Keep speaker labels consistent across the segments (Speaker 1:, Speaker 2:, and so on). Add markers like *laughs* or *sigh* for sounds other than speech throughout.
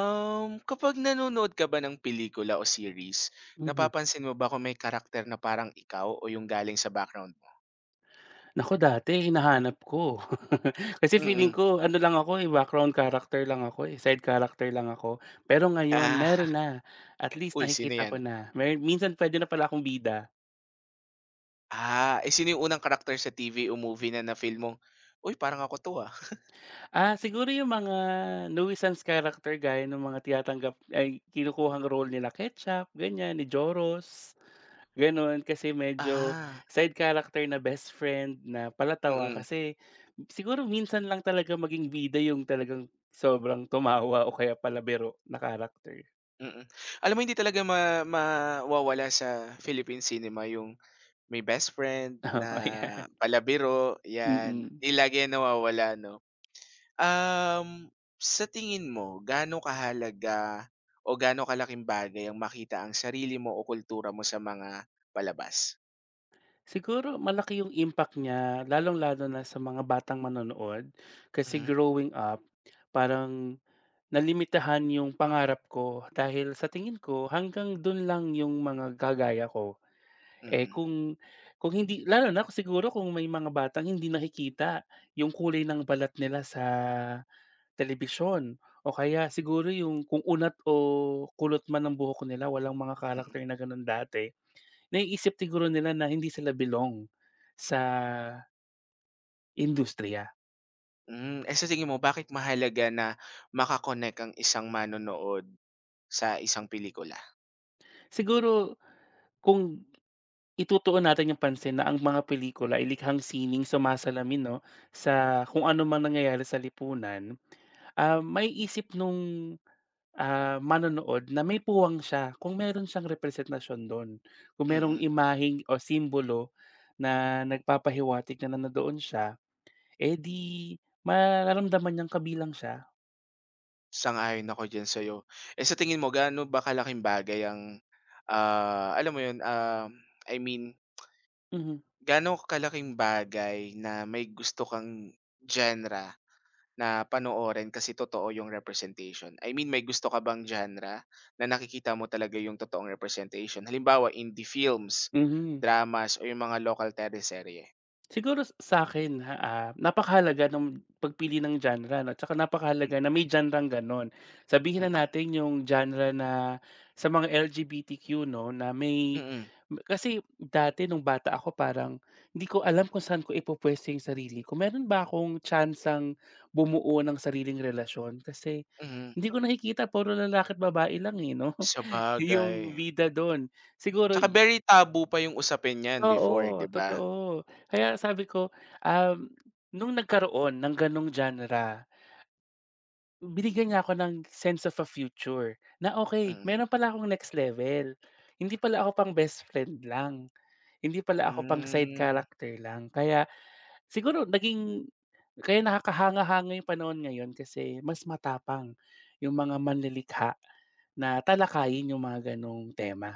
Speaker 1: Kapag nanonood ka ba ng pelikula o series,
Speaker 2: Mhm.
Speaker 1: napapansin mo ba kung may karakter na parang ikaw o yung galing sa background mo?
Speaker 2: Naku dati hinahanap ko. *laughs* Kasi feeling
Speaker 1: Mm. *laughs*
Speaker 2: ko ano lang ako, eh, background character lang ako, eh, side character lang ako. Pero ngayon
Speaker 1: Ah,
Speaker 2: meron na, at least
Speaker 1: uy sino
Speaker 2: nakikita
Speaker 1: 'yan?
Speaker 2: ko na. Mer minsan puwede na pala akong bida.
Speaker 1: Ah, sino yung unang karakter sa TV o movie na na-feel mong, "Uy parang ako 'to, ah." *laughs*
Speaker 2: Ah, siguro yung mga nuisance character gaya ng mga tinatanggap ay kinukuhang role nila Ketchup, ganyan, ni Joros. Gano'n, kasi medyo
Speaker 1: Ah,
Speaker 2: side character na best friend na palatawa
Speaker 1: mm,
Speaker 2: kasi siguro minsan lang talaga maging bida yung talagang sobrang tumawa o kaya palabiro na character.
Speaker 1: mm. Alam mo hindi talaga mawawala sa Philippine cinema yung may best friend
Speaker 2: Oo,
Speaker 1: na
Speaker 2: *laughs* ayan,
Speaker 1: palabiro, 'yan.
Speaker 2: mm.
Speaker 1: Hindi lagi 'yan nawawala 'no? Sa tingin mo gaano kahalaga o gaano kalaking bagay ang makita ang sarili mo o kultura mo sa mga palabas?
Speaker 2: Siguro malaki yung impact niya lalong-lalo na sa mga batang manonood kasi
Speaker 1: Mhm,
Speaker 2: growing up parang nalimitahan yung pangarap ko dahil sa tingin ko hanggang dun lang yung mga gagaya ko. Eh,
Speaker 1: mm,
Speaker 2: kung hindi lalo na kung siguro kung may mga batang hindi nakikita yung kulay ng balat nila sa telebisyon o kaya siguro yung kung unat o kulot man ang buhok nila walang mga
Speaker 1: mm.
Speaker 2: karakter na gano'n dati, naiisip siguro nila na hindi sila belong sa industriya.
Speaker 1: Hmm, sa tingin mo bakit mahalaga na makakonek ang isang manonood sa isang pelikula?
Speaker 2: Siguro kung itutuon natin yung pansin na ang mga pelikula ay likhang sining sumasalamin 'no, sa kung ano man nangyayari sa lipunan, may isip nung manonood na may puwang siya kung meron siyang representasyon don. Kung merong
Speaker 1: Mm,
Speaker 2: imaheng o simbolo na nagpapahiwatig na nandoon siya, eh, di mararamdaman niyang kabilang siya.
Speaker 1: sang-ayon ako diyan sa'yo. Eh, sa tingin mo gaano ba kalaking bagay ang, ah, alam mo 'yun, I mean
Speaker 2: Mhm.
Speaker 1: gaano kalaking bagay na may gusto kang genre? Na panoorin kasi totoo yung representation? I mean, may gusto ka bang genre na nakikita mo talaga yung totoong representation? Halimbawa, indie films,
Speaker 2: mhm.
Speaker 1: dramas, o yung mga local teleserye.
Speaker 2: Siguro sa'kin, ha, ah, napakahalaga ng pagpili ng genre 'no, tsaka
Speaker 1: Mm,
Speaker 2: napakahalaga na may genre-ng gano'n. Sabihin na
Speaker 1: mm.
Speaker 2: natin yung genre na sa mga LGBTQ 'no, na
Speaker 1: Mm,
Speaker 2: may
Speaker 1: mm.
Speaker 2: kasi dati nung bata ako parang hindi ko alam kung saan ko ipupuwesta yung sarili ko. Meron ba akong tsansang bumuo ng sariling relasyon? Kasi
Speaker 1: Mm.
Speaker 2: hindi ko nakikita puro lalaki at babae lang, eh, 'no, *laughs*
Speaker 1: Sabagay.
Speaker 2: yung bida do'n. Siguro
Speaker 1: Tsaka very taboo pa yung usapin niyan before,
Speaker 2: oo,
Speaker 1: 'di ba?
Speaker 2: totoo. Kaya sabi ko, um, nung nagkaroon ng ganong genre, binigyan niya ako ng sense of a future na okey,
Speaker 1: Mm.
Speaker 2: meron pala akong next level. Hindi pala ako pang best friend lang, hindi pala ako pang side
Speaker 1: Hmm.
Speaker 2: character lang. Kaya siguro naging kaya nakakahanga-hanga yung panahon ngayon kasi mas matapang yung mga manlilikha na talakayin yung mga ganong tema.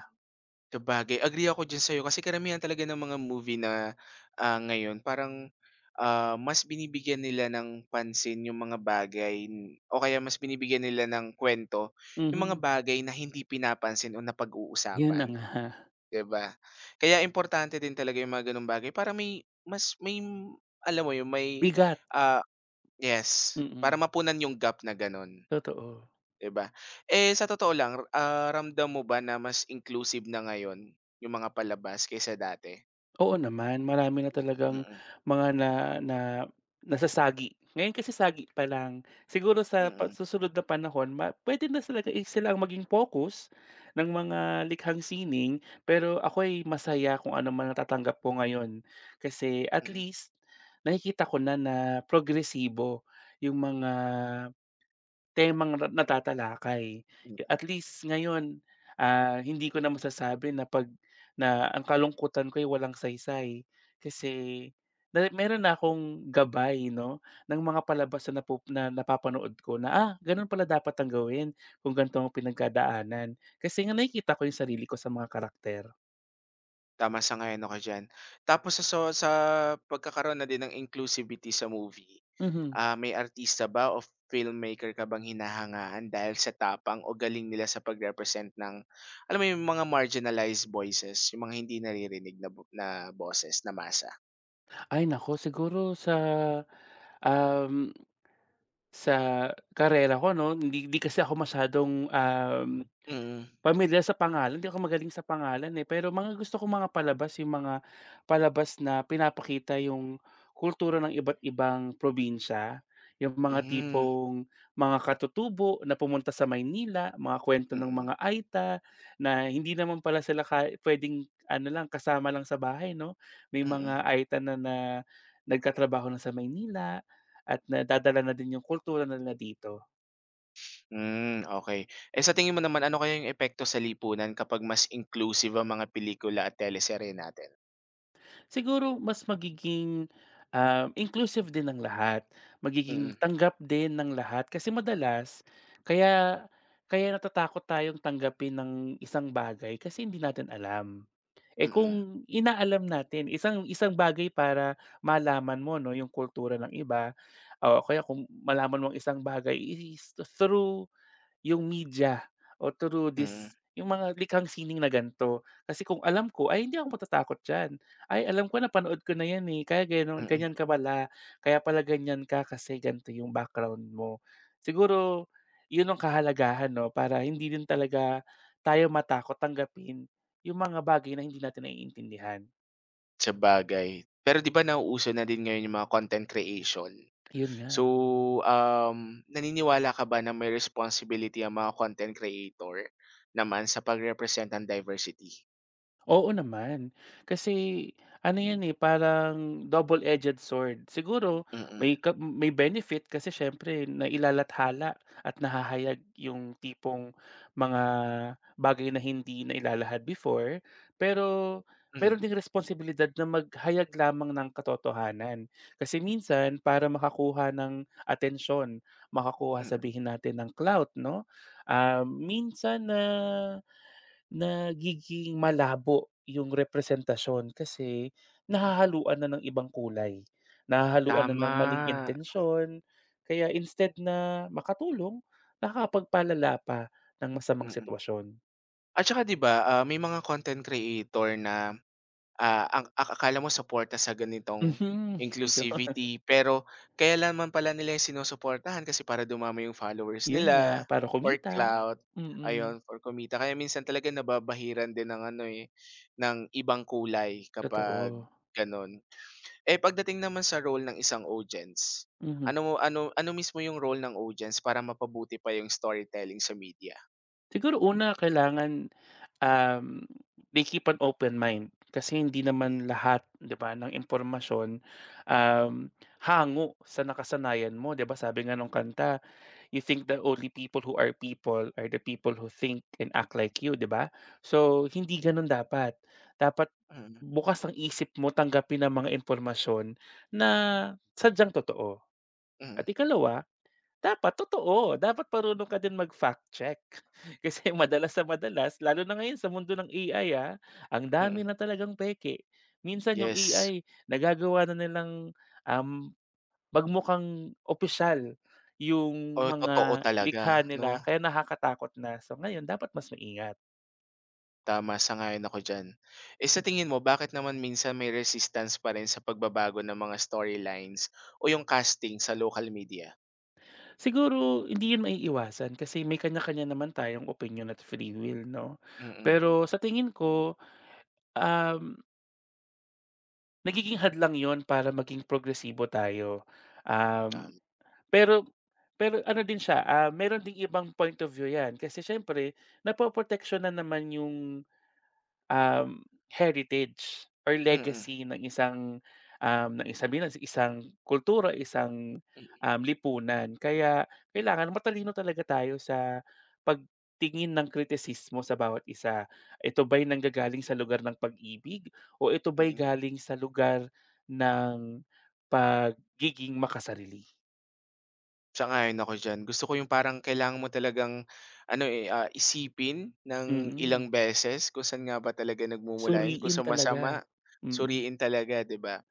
Speaker 1: Sabagay, agree ako diyan sa'yo kasi karamihan talaga ng mga movie na, ah, ngayon parang, ah, mas binibigyan nila ng pansin yung mga bagay o kaya mas binibigyan nila ng kwento, yung mga
Speaker 2: Mhm,
Speaker 1: bagay na hindi pinapansin o
Speaker 2: yun na
Speaker 1: napag-uusapan,
Speaker 2: nga.
Speaker 1: 'di ba? Kaya importante din talaga yung mga gano'ng bagay para may mas alam mo yung may,
Speaker 2: Bigat,
Speaker 1: ah yes, para
Speaker 2: mm,
Speaker 1: mapunan yung gap na gano'n.
Speaker 2: totoo.
Speaker 1: 'Di ba? Eh, sa totoo lang, ah, ramdam mo ba na mas inclusive na ngayon yung mga palabas kaysa dati?
Speaker 2: Oo naman, marami na talagang
Speaker 1: Mm,
Speaker 2: mga na na nasasagi. Ngayon kasi sagi pa lang. Siguro sa pa
Speaker 1: mm,
Speaker 2: susunod na panahon ma pwede na talaga eh, sila ang maging focus ng mga likhang sining, pero ako ay masaya kung ano man natatanggap ko ngayon. Kasi at
Speaker 1: mm,
Speaker 2: least nakikita ko na na progresibo yung mga temang na natatalakay.
Speaker 1: mm.
Speaker 2: At least ngayon, ah, hindi ko na masasabi na 'pag na ang kalungkutan ko ay walang saysay kasi na meron na akong gabay 'no, ng mga palabas na napup na napapanood ko na, ah, gano'n pala dapat ang gawin kung ganito ang pinagdadaanan. Kasi nga nakikita ko yung sarili ko sa mga karakter.
Speaker 1: Tama, sang-ayon ako diyan. Tapos sa pagkakaroon na din ng inclusivity sa movie,
Speaker 2: Mhm.
Speaker 1: ah, may artista ba o filmmaker ka bang hinahangaan dahil sa tapang o galing nila sa pag-represent ng, alam mo yung mga marginalized voices, yung mga hindi naririnig na bo na boses, na masa?
Speaker 2: Ay nako siguro sa, um, sa karera ko 'no, hindi hindi kasi ako masyadong,
Speaker 1: Mm,
Speaker 2: pamilyar sa pangalan, di ako magaling sa pangalan, eh, pero mga gusto kong mga palabas yung mga palabas na pinapakita yung kultura ng iba't ibang probinsya. Yung mga
Speaker 1: hmm,
Speaker 2: tipong mga katutubo na pumunta sa Maynila, mga kwento
Speaker 1: mm,
Speaker 2: ng
Speaker 1: mm,
Speaker 2: mga Aita na hindi naman pala sila ka puwedeng ano lang, kasama lang sa bahay 'no. May
Speaker 1: mm.
Speaker 2: mga Aita na na nagkatrabaho na sa Maynila at nadadala na din yung kultura na nila dito.
Speaker 1: Hmm, okay. Eh, sa tingin mo naman ano kaya yung epekto sa lipunan kapag mas inclusive ang mga pelikula at teleserye natin?
Speaker 2: Siguro mas magiging, inclusive din ng lahat, magiging
Speaker 1: Mm,
Speaker 2: tanggap din ng lahat. Kasi madalas kaya kaya natatakot tayong tanggapin ng isang bagay kasi hindi natin alam. Eh,
Speaker 1: mm,
Speaker 2: kung inaalam natin isang isang bagay para malaman mo 'no, yung kultura ng iba o kaya kung malaman mo ang isang bagay is through yung media o through
Speaker 1: mm,
Speaker 2: this yung mga likhang sining na gan'to. Kasi kung alam ko, ay hindi ako matatakot diyan. Ay alam ko na panood ko na 'yan, eh, kaya gano'n
Speaker 1: mm,
Speaker 2: ganyan ka pala, kaya pala ganyan ka kasi gan'to yung background mo. Siguro yun ang kahalagahan 'no, para hindi din talaga tayo matakot tanggapin yung mga bagay na hindi natin naiintindihan.
Speaker 1: sabagay. Pero 'di ba nauuso na din ngayon yung mga content creation.
Speaker 2: Yun
Speaker 1: So,
Speaker 2: nga.
Speaker 1: naniniwala ka ba na may responsibility ang mga content creator naman sa pagrepresent ng diversity?
Speaker 2: Oo naman. Kasi ano 'yan, eh, parang double-edged sword. Siguro
Speaker 1: Mm,
Speaker 2: may benefit kasi syempre na ilalathala at nahahayag yung tipong mga bagay na hindi na ilalahad before. Pero
Speaker 1: mhm,
Speaker 2: meron ding responsibilidad na maghayag lamang ng katotohanan. Kasi minsan para makakuha ng atensyon, makakuha
Speaker 1: mm.
Speaker 2: sabihin natin ng clout 'no, ah, minsan na nagiging malabo yung representasyon kasi nahahaluan na ng ibang kulay, nahahaluan na
Speaker 1: Tama,
Speaker 2: ng maling intensyon. Kaya instead na makatulong, nakakapagpalala pa ng masamang
Speaker 1: mm.
Speaker 2: sitwasyon.
Speaker 1: At saka 'di ba, ah, may mga content creator na ah, ang akala mo suporta sa ganitong
Speaker 2: Mhm, ayun.
Speaker 1: inclusivity, pero kaya naman pala nila yung sinusuportahan kasi para dumami yung followers
Speaker 2: Yun
Speaker 1: nila,
Speaker 2: nga, para
Speaker 1: for
Speaker 2: kumita,
Speaker 1: clout,
Speaker 2: mm,
Speaker 1: ayun, for kumita. Kaya minsan talaga nababahiran din ng ano, eh, ng ibang kulay kapag
Speaker 2: totoo.
Speaker 1: gano'n. Eh, pagdating naman sa role ng isang audience,
Speaker 2: Mhm.
Speaker 1: ano mo ano ano mismo yung role ng audience para mapabuti pa yung storytelling sa media?
Speaker 2: Siguro una kailangan Um, they keep an open mind kasi hindi
Speaker 1: Mm,
Speaker 2: naman lahat 'di ba ng impormasyon, um, hango sa nakasanayan mo 'di ba sabi nga nung kanta, "You think the only people who are people are the people who think and act like you," 'di ba? So hindi gano'n dapat. Dapat
Speaker 1: mm,
Speaker 2: bukas ang isip mo tanggapin ang mga impormasyon na sadyang totoo.
Speaker 1: mm,
Speaker 2: At ikalawa dapat totoo, dapat marunong ka din mag-fact check. *laughs* Kasi madalas sa madalas lalo na ngayon sa mundo ng AI, ah, ang dami
Speaker 1: mm.
Speaker 2: na talagang peke. Minsan yung
Speaker 1: Yes,
Speaker 2: AI nagagawa na nilang, um, magmukhang opisyal yung
Speaker 1: o totoo
Speaker 2: mga
Speaker 1: talaga,
Speaker 2: likha
Speaker 1: 'no?
Speaker 2: nila kaya nakakatakot na. So ngayon dapat mas maingat.
Speaker 1: Tama, sang-ayon ako diyan. Eh, sa tingin mo bakit naman minsan may resistance pa rin sa pagbabago ng mga storylines o yung casting sa local media?
Speaker 2: Siguro hindi yun maiiwasan kasi may kanya-kanya naman tayong opinion at free will 'no.
Speaker 1: Mm,
Speaker 2: Pero sa tingin ko, um nagiging hadlang yon para maging progresibo tayo. Um,
Speaker 1: tama.
Speaker 2: pero pero ano din siya, ah, meron ding ibang point of view 'yan kasi siyempre napoproteksiyon na naman yung um, heritage or
Speaker 1: Mm,
Speaker 2: legacy ng isang, ng sabihin natin isang kultura, isang,
Speaker 1: mm,
Speaker 2: lipunan. Kaya kailangan matalino talaga tayo sa pagtingin ng kritisismo sa bawat isa. Ito ba'y nanggagaling sa lugar ng pag-ibig o ito ba'y
Speaker 1: mm.
Speaker 2: galing sa lugar ng pagiging makasarili?
Speaker 1: Sang-ayon ako diyan. Gusto ko yung parang kailangan mo talagang ano, eh, ah, isipin ng ilang
Speaker 2: Mm,
Speaker 1: beses kung saan nga ba talaga nagmumula yun, kung
Speaker 2: suriin
Speaker 1: sa masama,
Speaker 2: talaga. Mm.
Speaker 1: suriin talaga, 'di ba?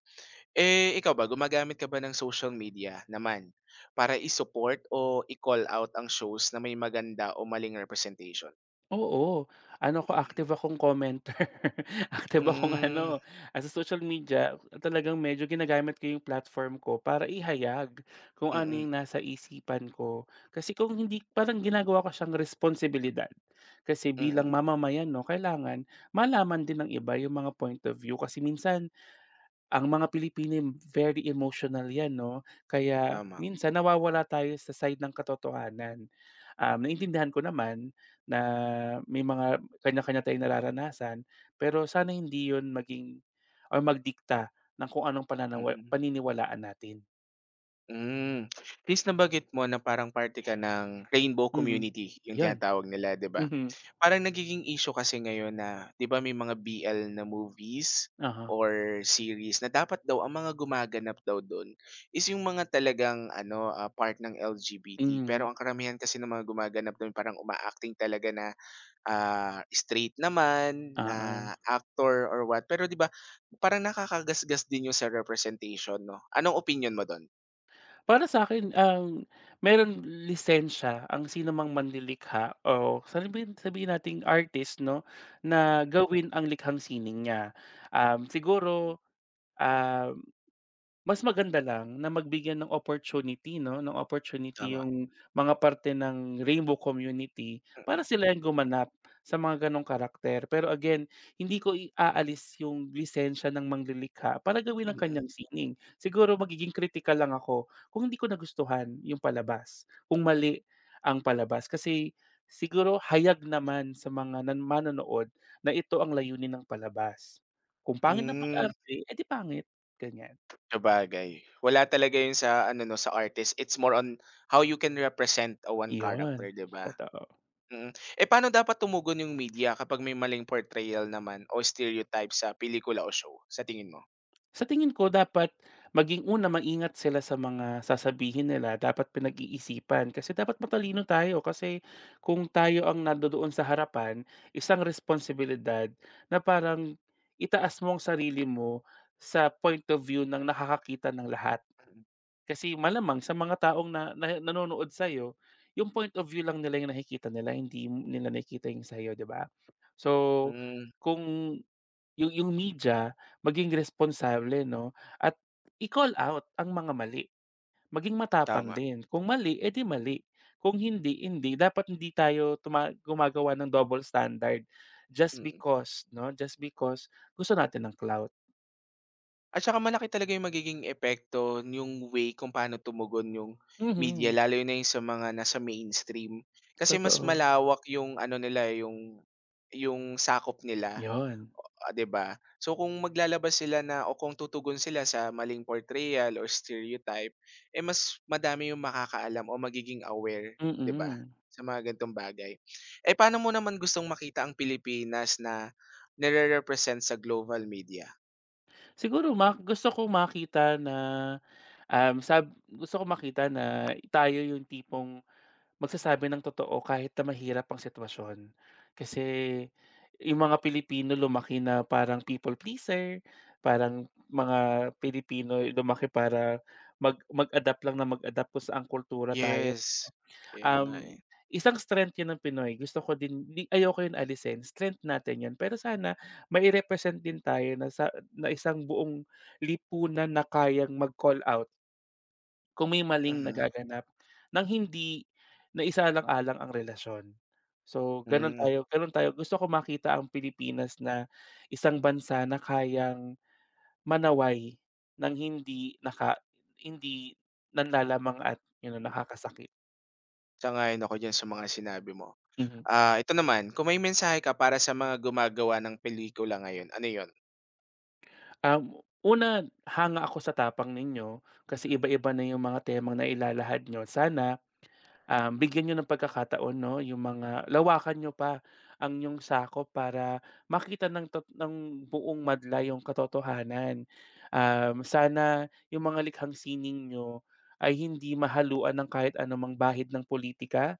Speaker 1: Eh, ikaw ba gumagamit ka ba ng social media naman para i-support o i-call out ang shows na may maganda o maling representation?
Speaker 2: Oo, ano ako
Speaker 1: Mm.
Speaker 2: active akong commenter, *laughs* active akong
Speaker 1: Hmm,
Speaker 2: ano, ah, sa social media talagang medyo ginagamit ko yung platform ko para ihayag kung ano
Speaker 1: mm,
Speaker 2: yung nasa isipan ko. Kasi kung hindi parang ginagawa ko siyang responsibilidad. Kasi
Speaker 1: mm,
Speaker 2: bilang
Speaker 1: mm,
Speaker 2: mamamayan 'no, kailangan malaman din ng iba yung mga point of view kasi minsan ang mga Pilipino very emotional 'yan 'no, kaya
Speaker 1: tama,
Speaker 2: minsan nawawala tayo sa side ng katotohanan. Um, naintindihan ko naman na may mga kanya-kanya tayong nararanasan, pero sana hindi 'yun maging or magdikta ng kung anong pananawa
Speaker 1: mm.
Speaker 2: paniniwalaan natin.
Speaker 1: Hmm, since nabanggit mo na parang parte ka ng rainbow
Speaker 2: Mhm,
Speaker 1: community, yung
Speaker 2: 'yun.
Speaker 1: tinatawag nila, 'di ba?
Speaker 2: Mhm.
Speaker 1: Parang nagiging issue kasi ngayon na 'di ba may mga BL na movies
Speaker 2: Aha.
Speaker 1: or series na dapat daw ang mga gumaganap daw dun is yung mga talagang ano, ah, part ng LGBT. Pero
Speaker 2: Mhm,
Speaker 1: ang karamihan kasi ng mga gumaganap dun parang uma-acting talaga na, ah, straight naman, na
Speaker 2: oo.
Speaker 1: actor or what. Pero 'di ba parang nakakagasgas din yun sa representation 'no? Anong opinyon mo dun?
Speaker 2: Para sa akin ang merong lisensya ang sino mang manlilikha o sabihin sabihin nating artist 'no,
Speaker 1: Hmm.
Speaker 2: na gawin ang likhang sining niya. Um, siguro, ah mas maganda lang na magbigyan ng opportunity 'no, ng opportunity Mm.
Speaker 1: Tama,
Speaker 2: yung mga parte ng rainbow community para
Speaker 1: mm,
Speaker 2: sila yung gumanap sa mga gano'ng karakter. Pero again, hindi ko iaalis yung lisensiya ng manglilikha para gawin ang
Speaker 1: mm.
Speaker 2: kanyang sining. Siguro magiging kritikal lang ako kung hindi ko nagustuhan yung palabas, kung mali ang palabas. Kasi siguro hayag naman sa mga manonood na ito ang layunin ng palabas. Kung pangit na
Speaker 1: Hmm,
Speaker 2: pag-arte, eh, pangit, ganyan.
Speaker 1: sabagay. Wala talaga yun sa ano 'no, sa artist, it's more on how you can represent a one
Speaker 2: Iyon,
Speaker 1: character, 'di ba?
Speaker 2: totoo.
Speaker 1: Mm. Eh, paano dapat tumugon yung media kapag may maling portrayal naman o stereotype sa pelikula o show, sa tingin mo?
Speaker 2: Sa tingin ko dapat maging una maingat sila sa mga sasabihin nila, dapat pinag-iisipan kasi dapat matalino tayo kasi kung tayo ang nandodoon sa harapan, isang responsibilidad na parang itaas mo ang sarili mo sa point of view ng nakakakita ng lahat.
Speaker 1: Mm.
Speaker 2: Kasi malamang sa mga taong na nanonood sa'yo, yung point of view lang nila yung nakikita nila, hindi nila nakikita yung sa iyo di ba? So,
Speaker 1: Hmm,
Speaker 2: kung yung media maging responsable 'no at i-call out ang mga mali. Maging matapang
Speaker 1: tama,
Speaker 2: din, kung mali, edi di mali, kung hindi, hindi. Dapat hindi tayo gumagawa ng double standard just
Speaker 1: mm.
Speaker 2: because 'no, just because gusto natin ng clout.
Speaker 1: At saka malaki talaga yung magiging epekto yung way kung paano tumugon yung media
Speaker 2: Mhm,
Speaker 1: lalo na yung sa mga nasa mainstream. Kasi mas
Speaker 2: totoo,
Speaker 1: malawak yung ano nila, eh, yung sakop nila,
Speaker 2: yon.
Speaker 1: ah, 'di ba? So kung maglalabas sila na o kung tutugon sila sa maling portrayal or stereotype, eh mas madami yung makakaalam o magiging aware, 'di ba,
Speaker 2: Mm.
Speaker 1: sa mga ganitong bagay. Eh, paano mo naman gustong makita ang Pilipinas na nire-represent sa global media?
Speaker 2: Siguro gusto ko makita na, um, sab gusto ko makita na tayo yung tipong magsasabi ng totoo kahit na mahirap ang sitwasyon. Kasi yung mga Pilipino lumaki na parang people pleaser, parang mga Pilipino lumaki para mag-adapt lang na mag-adapt kung saang kultura tayo.
Speaker 1: Yes, kaya nga, eh.
Speaker 2: Um, isang strength 'yan ng Pinoy, gusto ko din di ayoko 'yun alisin, strength natin 'yun. Pero sana may represent din tayo na sa na isang buong lipunan na kayang mag-call out kung may maling
Speaker 1: Mhm,
Speaker 2: nagaganap ng hindi naisalang-alang ang relasyon. So,
Speaker 1: hmm.
Speaker 2: gano'n tayo gusto ko makita ang Pilipinas na isang bansa na kayang manaway ng hindi nanlalamang at you know, nakakasakit.
Speaker 1: Sang-ayon ako diyan sa mga sinabi mo.
Speaker 2: Mhm.
Speaker 1: Ah, ito naman, kung may mensahe ka para sa mga gumagawa ng pelikula ngayon, ano yon.
Speaker 2: Um, una, hanga ako sa tapang ninyo kasi
Speaker 1: Mm,
Speaker 2: iba-iba na yung mga temang nailalahad nyo. Sana bigyan niyo ng pagkakataon 'no, yung mga lawakan niyo pa ang yung sako para makita ng ng buong madla yung katotohanan. Um, sana yung mga likhang sining niyo ay hindi mahaluan ng kahit anumang bahid ng politika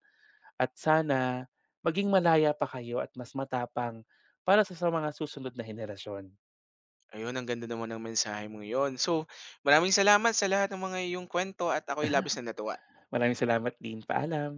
Speaker 2: at sana maging malaya pa kayo at mas matapang para sa mga susunod na henerasyon.
Speaker 1: ayun ang ganda naman ng mensahe mong yon. So, maraming salamat sa lahat ng mga iyong kwento at ako'y labis na natuwa.
Speaker 2: Maraming salamat din. Paalam.